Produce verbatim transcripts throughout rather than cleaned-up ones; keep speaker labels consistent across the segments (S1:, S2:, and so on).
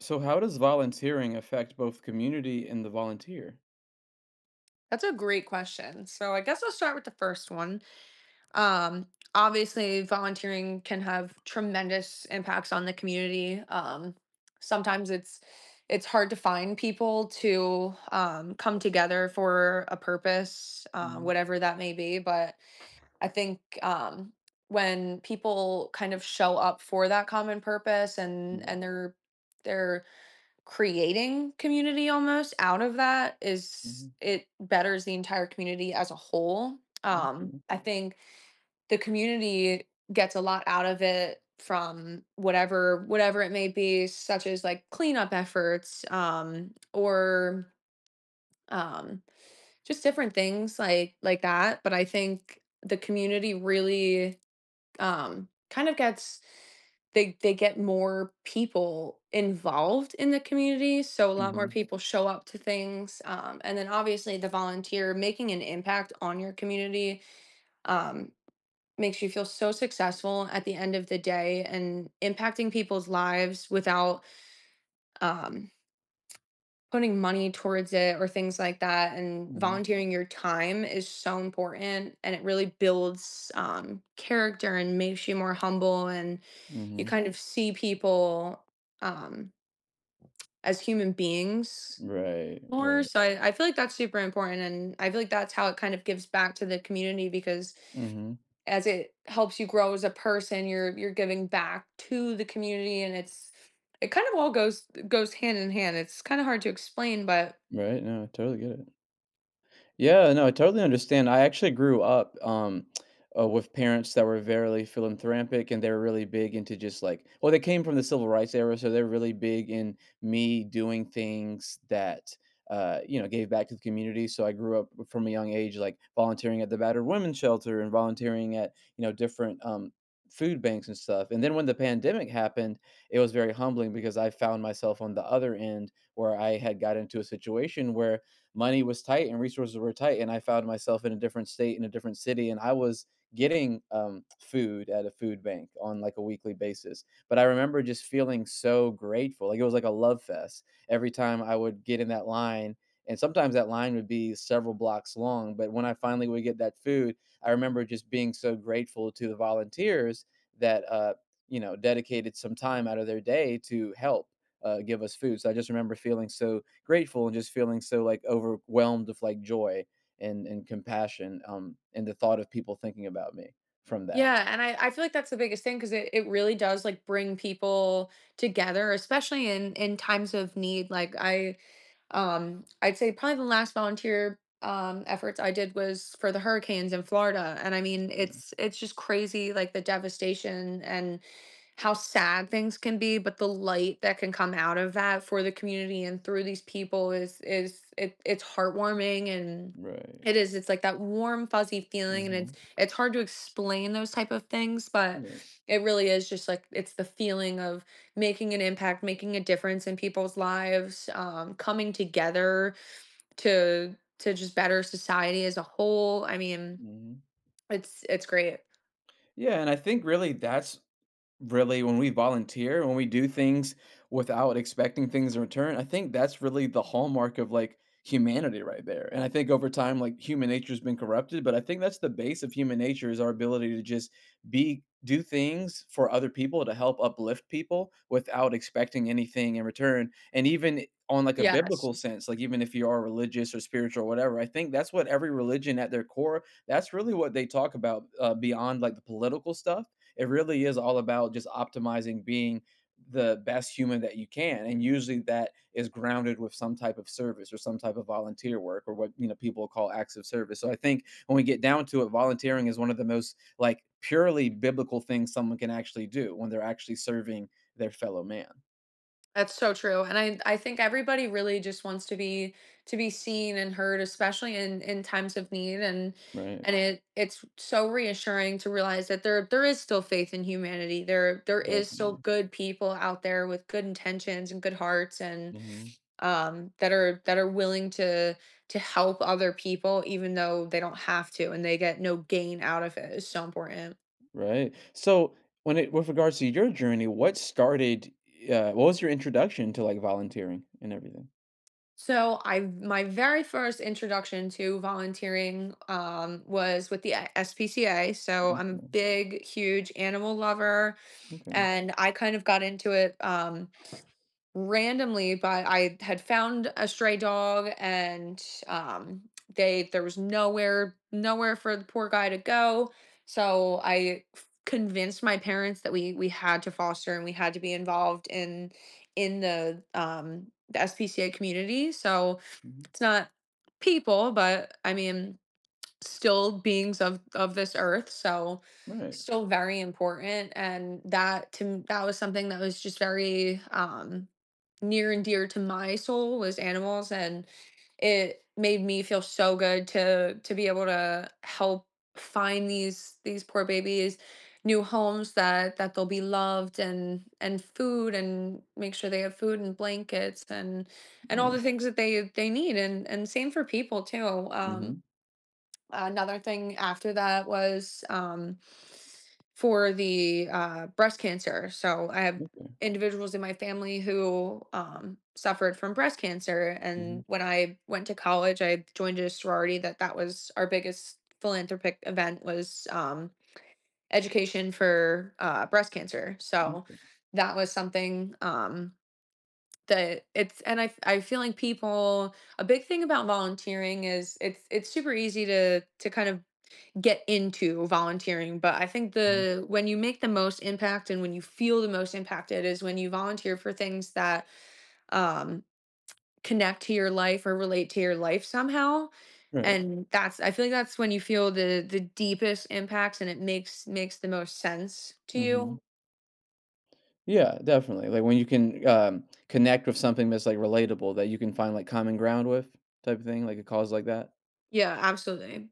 S1: So, how does volunteering affect both community and the volunteer?
S2: That's a great question. So I guess I'll start with the first one. Um, Obviously, volunteering can have tremendous impacts on the community. Um, sometimes it's it's hard to find people to um, come together for a purpose, uh,
S1: Mhm.
S2: whatever that may be. But I think um, when people kind of show up for that common purpose, and
S1: Yeah.
S2: and they're they're creating community almost out of that, is
S1: Mhm.
S2: it betters the entire community as a whole. Um,
S1: Mhm.
S2: I think the community gets a lot out of it from whatever whatever it may be, such as like cleanup efforts um, or um, just different things like like that. But I think the community really um, kind of gets they they get more people involved in the community, so a lot more
S1: Mhm.
S2: people show up to things, um, and then obviously the volunteer making an impact on your community um, makes you feel so successful at the end of the day and impacting people's lives without um, putting money towards it or things like that. And
S1: Mhm.
S2: volunteering your time is so important, and it really builds um, character and makes you more humble, and you
S1: Mhm.
S2: kind of see people um, as human beings
S1: Right.
S2: more
S1: Right.
S2: so. I, I feel like that's super important, and I feel like that's how it kind of gives back to the community, because
S1: Mhm.
S2: as it helps you grow as a person, you're you're giving back to the community. And it's it kind of all goes goes hand in hand. It's kind of hard to explain, but
S1: Right. No, I totally get it. Yeah, no, I totally understand. I actually grew up um, uh, with parents that were very philanthropic and they were really big into just like, well, they came from the civil rights era, so they're really big in me doing things that, uh, you know, gave back to the community. So I grew up from a young age, like volunteering at the battered women's shelter and volunteering at, you know, different um, food banks and stuff. And then when the pandemic happened, it was very humbling because I found myself on the other end where I had got into a situation where money was tight and resources were tight, and I found myself in a different state in a different city, and I was getting um, food at a food bank on like a weekly basis. But I remember just feeling so grateful, like it was like a love fest. Every time I would get in that line, and sometimes that line would be several blocks long, but when I finally would get that food, I remember just being so grateful to the volunteers that uh, you know dedicated some time out of their day to help uh, give us food. So I just remember feeling so grateful and just feeling so like overwhelmed with like joy and and compassion, um, and the thought of people thinking about me from that.
S2: yeah. And I I feel like that's the biggest thing, because it it really does, like, bring people together, especially in in times of need. Like, I, um I'd say probably the last volunteer, um, efforts I did was for the hurricanes in Florida. And I mean, it's it's just crazy, like, the devastation and how sad things can be, but the light that can come out of that for the community and through these people is is it it's heartwarming. And
S1: Right.
S2: it is, it's like that warm, fuzzy feeling, and it's
S1: Mhm.
S2: it's hard to explain those type of things, but
S1: Right.
S2: it really is just like it's the feeling of making an impact, making a difference in people's lives, um, coming together to to just better society as a whole. I mean,
S1: Mhm.
S2: it's it's great.
S1: Yeah, and I think really that's really when we volunteer, when we do things without expecting things in return, I think that's really the hallmark of like humanity right there. And I think over time, like human nature's been corrupted, but I think that's the base of human nature is our ability to just be do things for other people to help uplift people without expecting anything in return. And even on like a
S2: Yes.
S1: biblical sense, like even if you are religious or spiritual or whatever, I think that's what every religion at their core, that's really what they talk about uh, beyond like the political stuff. It really is all about just optimizing being the best human that you can, and usually that is grounded with some type of service or some type of volunteer work or what you know people call acts of service. So I think when we get down to it, volunteering is one of the most like purely biblical things someone can actually do when they're actually serving their fellow man.
S2: That's so true. And I I think everybody really just wants to be to be seen and heard, especially in in times of need. and
S1: Right.
S2: and it it's so reassuring to realize that there there is still faith in humanity. There there is still
S1: Definitely.
S2: good people out there with good intentions and good hearts, and
S1: Hmm.
S2: um that are that are willing to to help other people even though they don't have to, and they get no gain out of it, is so important.
S1: Right. So when it with regards to your journey, what started uh, what was your introduction to like volunteering and everything?
S2: So I my very first introduction to volunteering um, was with the S P C A. So I'm a
S1: Okay,
S2: big, huge animal lover,
S1: okay.
S2: and I kind of got into it um, randomly. But I had found a stray dog, and um, they there was nowhere nowhere for the poor guy to go. So I f- convinced my parents that we we had to foster, and we had to be involved in in the um, the S P C A community. So
S1: Mhm.
S2: it's not people, but I mean, still beings of of this earth, so
S1: Right.
S2: still very important. And that to m- that was something that was just very um near and dear to my soul, was animals. And it made me feel so good to to be able to help find these these poor babies new homes, that that they'll be loved, and and food, and make sure they have food and blankets and and all
S1: Yeah.
S2: the things that they they need. and and same for people too. Um
S1: Mhm.
S2: another thing after that was um, for the uh, breast cancer. So I have
S1: Okay.
S2: individuals in my family who um, suffered from breast cancer.
S1: Mhm.
S2: And when I went to college, I joined a sorority. That that was our biggest philanthropic event, was um, education for uh, breast cancer. So
S1: Mm,
S2: that was something um, that it's and I I feel like people a big thing about volunteering is it's it's super easy to to kind of get into volunteering. But I think
S1: mhm.
S2: the when you make the most impact, and when you feel the most impacted, is when you volunteer for things that um connect to your life or relate to your life somehow.
S1: Right.
S2: And that's I feel like that's when you feel the the deepest impacts, and it makes makes the most sense to
S1: Mhm.
S2: you.
S1: Yeah, definitely. Like when you can um, connect with something that's like relatable that you can find like common ground with type of thing, like a cause like that.
S2: Yeah, absolutely.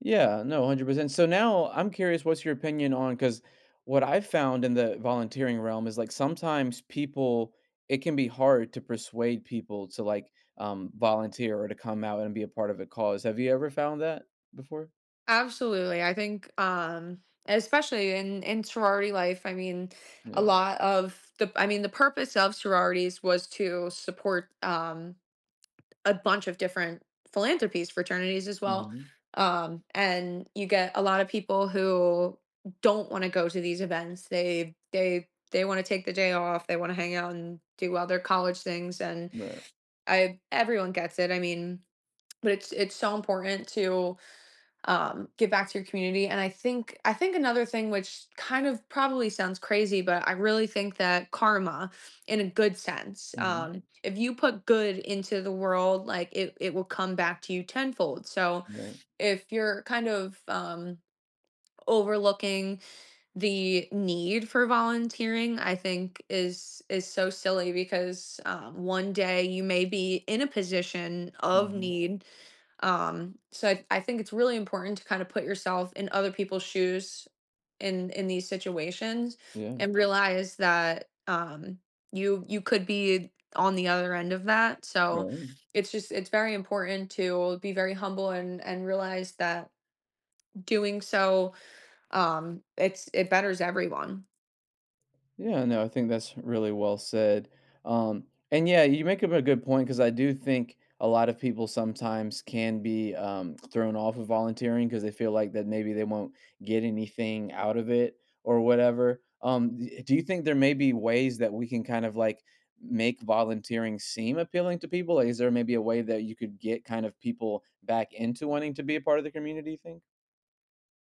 S1: Yeah, no, one hundred percent. So now I'm curious what's your opinion on cuz what I've found in the volunteering realm is like sometimes people it can be hard to persuade people to like um volunteer or to come out and be a part of a cause. Have you ever found that before?
S2: Absolutely, I think um especially in in sorority life. I mean, a
S1: Yeah.
S2: lot of the I mean, the purpose of sororities was to support um a bunch of different philanthropies, fraternities as well.
S1: Mhm.
S2: Um, and you get a lot of people who don't want to go to these events. They they they want to take the day off. They want to hang out and do other college things. And
S1: Right.
S2: I everyone gets it. I mean, but it's it's so important to um, give back to your community. And I think I think another thing, which kind of probably sounds crazy, but I really think that karma, in a good sense,
S1: Mhm.
S2: um, if you put good into the world, like it it will come back to you tenfold. So
S1: Right.
S2: if you're kind of um, overlooking the need for volunteering, I think is is so silly, because um, one day you may be in a position of
S1: Mhm.
S2: need. Um, so I, I think it's really important to kind of put yourself in other people's shoes in in these situations,
S1: Yeah,
S2: and realize that um you you could be on the other end of that. So
S1: right.
S2: it's just it's very important to be very humble, and and realize that doing so um it's it betters everyone.
S1: Yeah, no, I think that's really well said. Um, and yeah, you make up a good point because I do think a lot of people sometimes can be um, thrown off of volunteering because they feel like that maybe they won't get anything out of it or whatever. Um, d- do you think there may be ways that we can kind of like make volunteering seem appealing to people? Like, is there maybe a way that you could get kind of people back into wanting to be a part of the community? You think?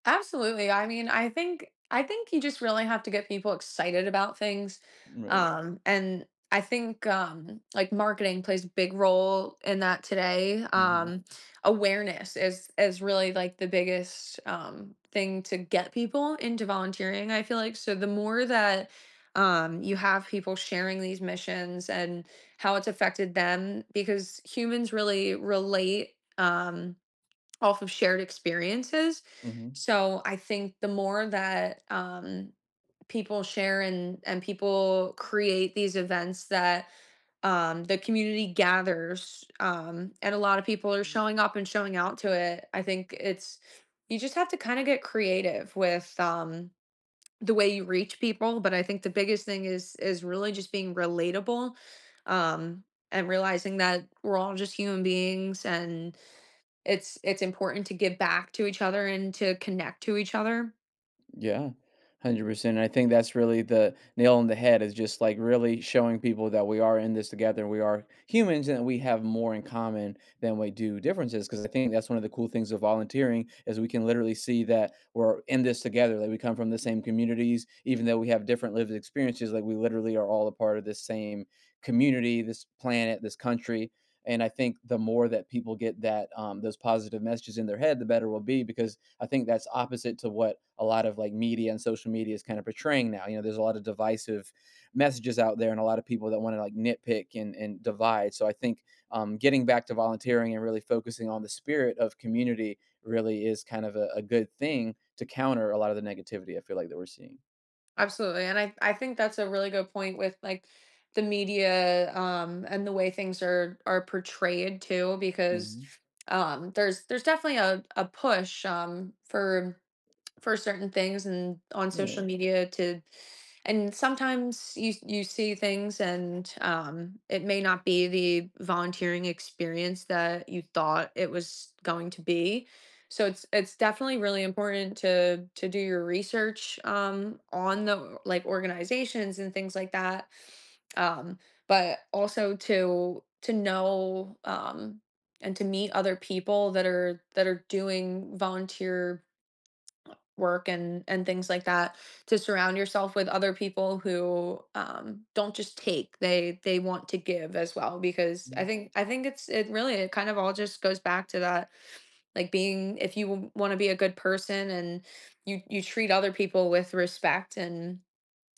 S2: Absolutely. I mean, I think I think you just really have to get people excited about things.
S1: Right.
S2: Um, and I think um, like marketing plays a big role in that today.
S1: Mm-hmm.
S2: Um, awareness is is really like the biggest um, thing to get people into volunteering, I feel like. So the more that um, you have people sharing these missions and how it's affected them, because humans really relate. Um, off of shared experiences.
S1: Mm-hmm.
S2: So I think the more that um, people share, and and people create these events that um, the community gathers, um, and a lot of people are showing up and showing out to it. I think it's you just have to kind of get creative with um, the way you reach people. But I think the biggest thing is is really just being relatable. Um, and realizing that we're all just human beings, and it's it's important to give back to each other and to connect to each other.
S1: Yeah, one hundred percent. I think that's really the nail on the head is just like really showing people that we are in this together. We are humans and we have more in common than we do differences. Because I think that's one of the cool things of volunteering is we can literally see that we're in this together. Like we come from the same communities, even though we have different lived experiences. Like we literally are all a part of this same community, this planet, this country. And I think the more that people get that, um, those positive messages in their head, the better we'll be, because I think that's opposite to what a lot of like media and social media is kind of portraying now. You know, there's a lot of divisive messages out there and a lot of people that want to like nitpick and, and divide. So I think um, getting back to volunteering and really focusing on the spirit of community really is kind of a, a good thing to counter a lot of the negativity I feel like that we're seeing.
S2: Absolutely. And i i think that's a really good point, with like the media um and the way things are are portrayed too. Because
S1: Hmm.
S2: um there's there's definitely a a push um for for certain things, and on
S1: Yeah.
S2: social media to and sometimes you you see things, and um it may not be the volunteering experience that you thought it was going to be. So it's it's definitely really important to to do your research um on the like organizations and things like that. um but also to to know um and to meet other people that are that are doing volunteer work and and things like that. To surround yourself with other people who um don't just take, they they want to give as well. Because i think i think it's it really it kind of all just goes back to that like being if you want to be a good person, and you you treat other people with respect, and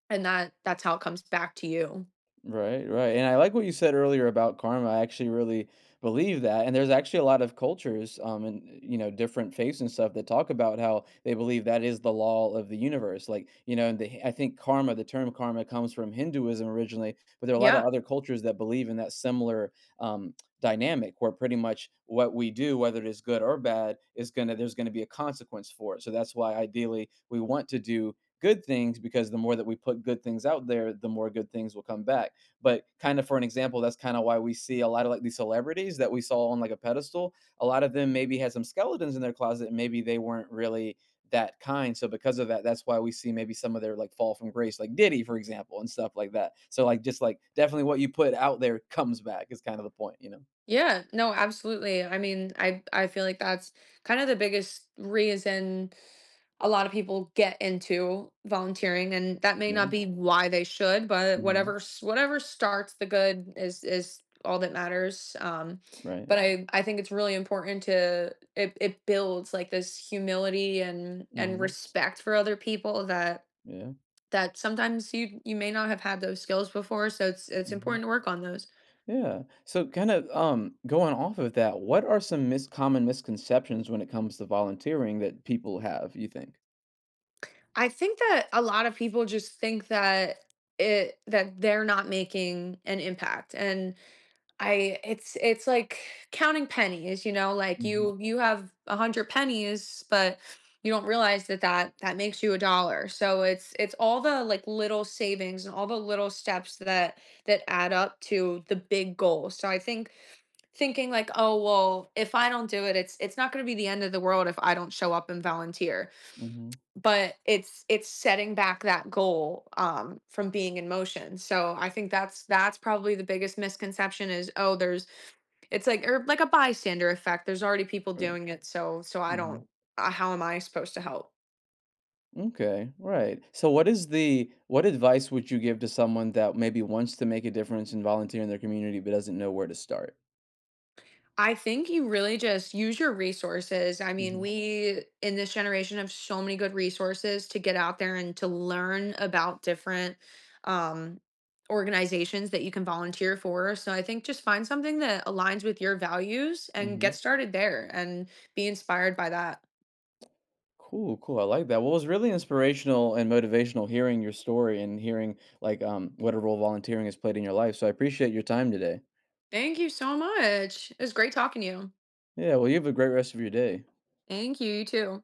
S2: and that that's how it comes back to you.
S1: Right, right, and I like what you said earlier about karma. I actually really believe that, and there's actually a lot of cultures, um, and, you know, different faiths and stuff that talk about how they believe that is the law of the universe, like, you know, and the I think karma the term karma comes from Hinduism originally, but there are a lot
S2: Yeah.
S1: of other cultures that believe in that similar, um, dynamic where pretty much what we do, whether it is good or bad, is gonna there's gonna be a consequence for it. So that's why ideally we want to do good things, because the more that we put good things out there, the more good things will come back. But kind of for an example, that's kind of why we see a lot of like these celebrities that we saw on like a pedestal, a lot of them maybe had some skeletons in their closet and maybe they weren't really that kind. So because of that, that's why we see maybe some of their like fall from grace, like Diddy, for example, and stuff like that. So like, just like definitely what you put out there comes back is kind of the point, you know
S2: Yeah, no, absolutely. I mean, I I feel like that's kind of the biggest reason a lot of people get into volunteering, and that may not
S1: yeah.
S2: be why they should, but
S1: Hmm.
S2: whatever s- whatever starts the good is is all that matters. Um,
S1: Right.
S2: but I I think it's really important to it it builds like this humility, and and
S1: Hmm.
S2: respect for other people, that
S1: Yeah.
S2: that sometimes you you may not have had those skills before, so it's it's
S1: Hmm.
S2: important to work on those.
S1: Yeah, so kind of um going off of that, what are some mis- common misconceptions when it comes to volunteering that people have, you think?
S2: I think that a lot of people just think that it that they're not making an impact. And I it's it's like counting pennies, you know, like you you have a hundred pennies, but you don't realize that that that makes you a dollar. So it's it's all the like little savings, and all the little steps that that add up to the big goal. So I think thinking like, oh well, if I don't do it, it's it's not going to be the end of the world if I don't show up and volunteer.
S1: Mhm.
S2: But it's it's setting back that goal um from being in motion. So I think that's that's probably the biggest misconception, is oh there's it's like, or like a bystander effect, there's already people
S1: Right.
S2: doing it, so so I
S1: Mhm.
S2: don't uh, how am I supposed to help.
S1: Okay. Right. So what is the what advice would you give to someone that maybe wants to make a difference and volunteer in their community but doesn't know where to start?
S2: I think you really just use your resources. I mean,
S1: Hmm.
S2: we in this generation have so many good resources to get out there and to learn about different um, organizations that you can volunteer for. So I think just find something that aligns with your values and
S1: Hmm.
S2: get started there, and be inspired by that.
S1: Cool, cool. I like that. Well, it was really inspirational and motivational hearing your story and hearing like um what a role volunteering has played in your life. So I appreciate your time today.
S2: Thank you so much. It was great talking to you.
S1: Yeah, well, you have a great rest of your day.
S2: Thank you. You too.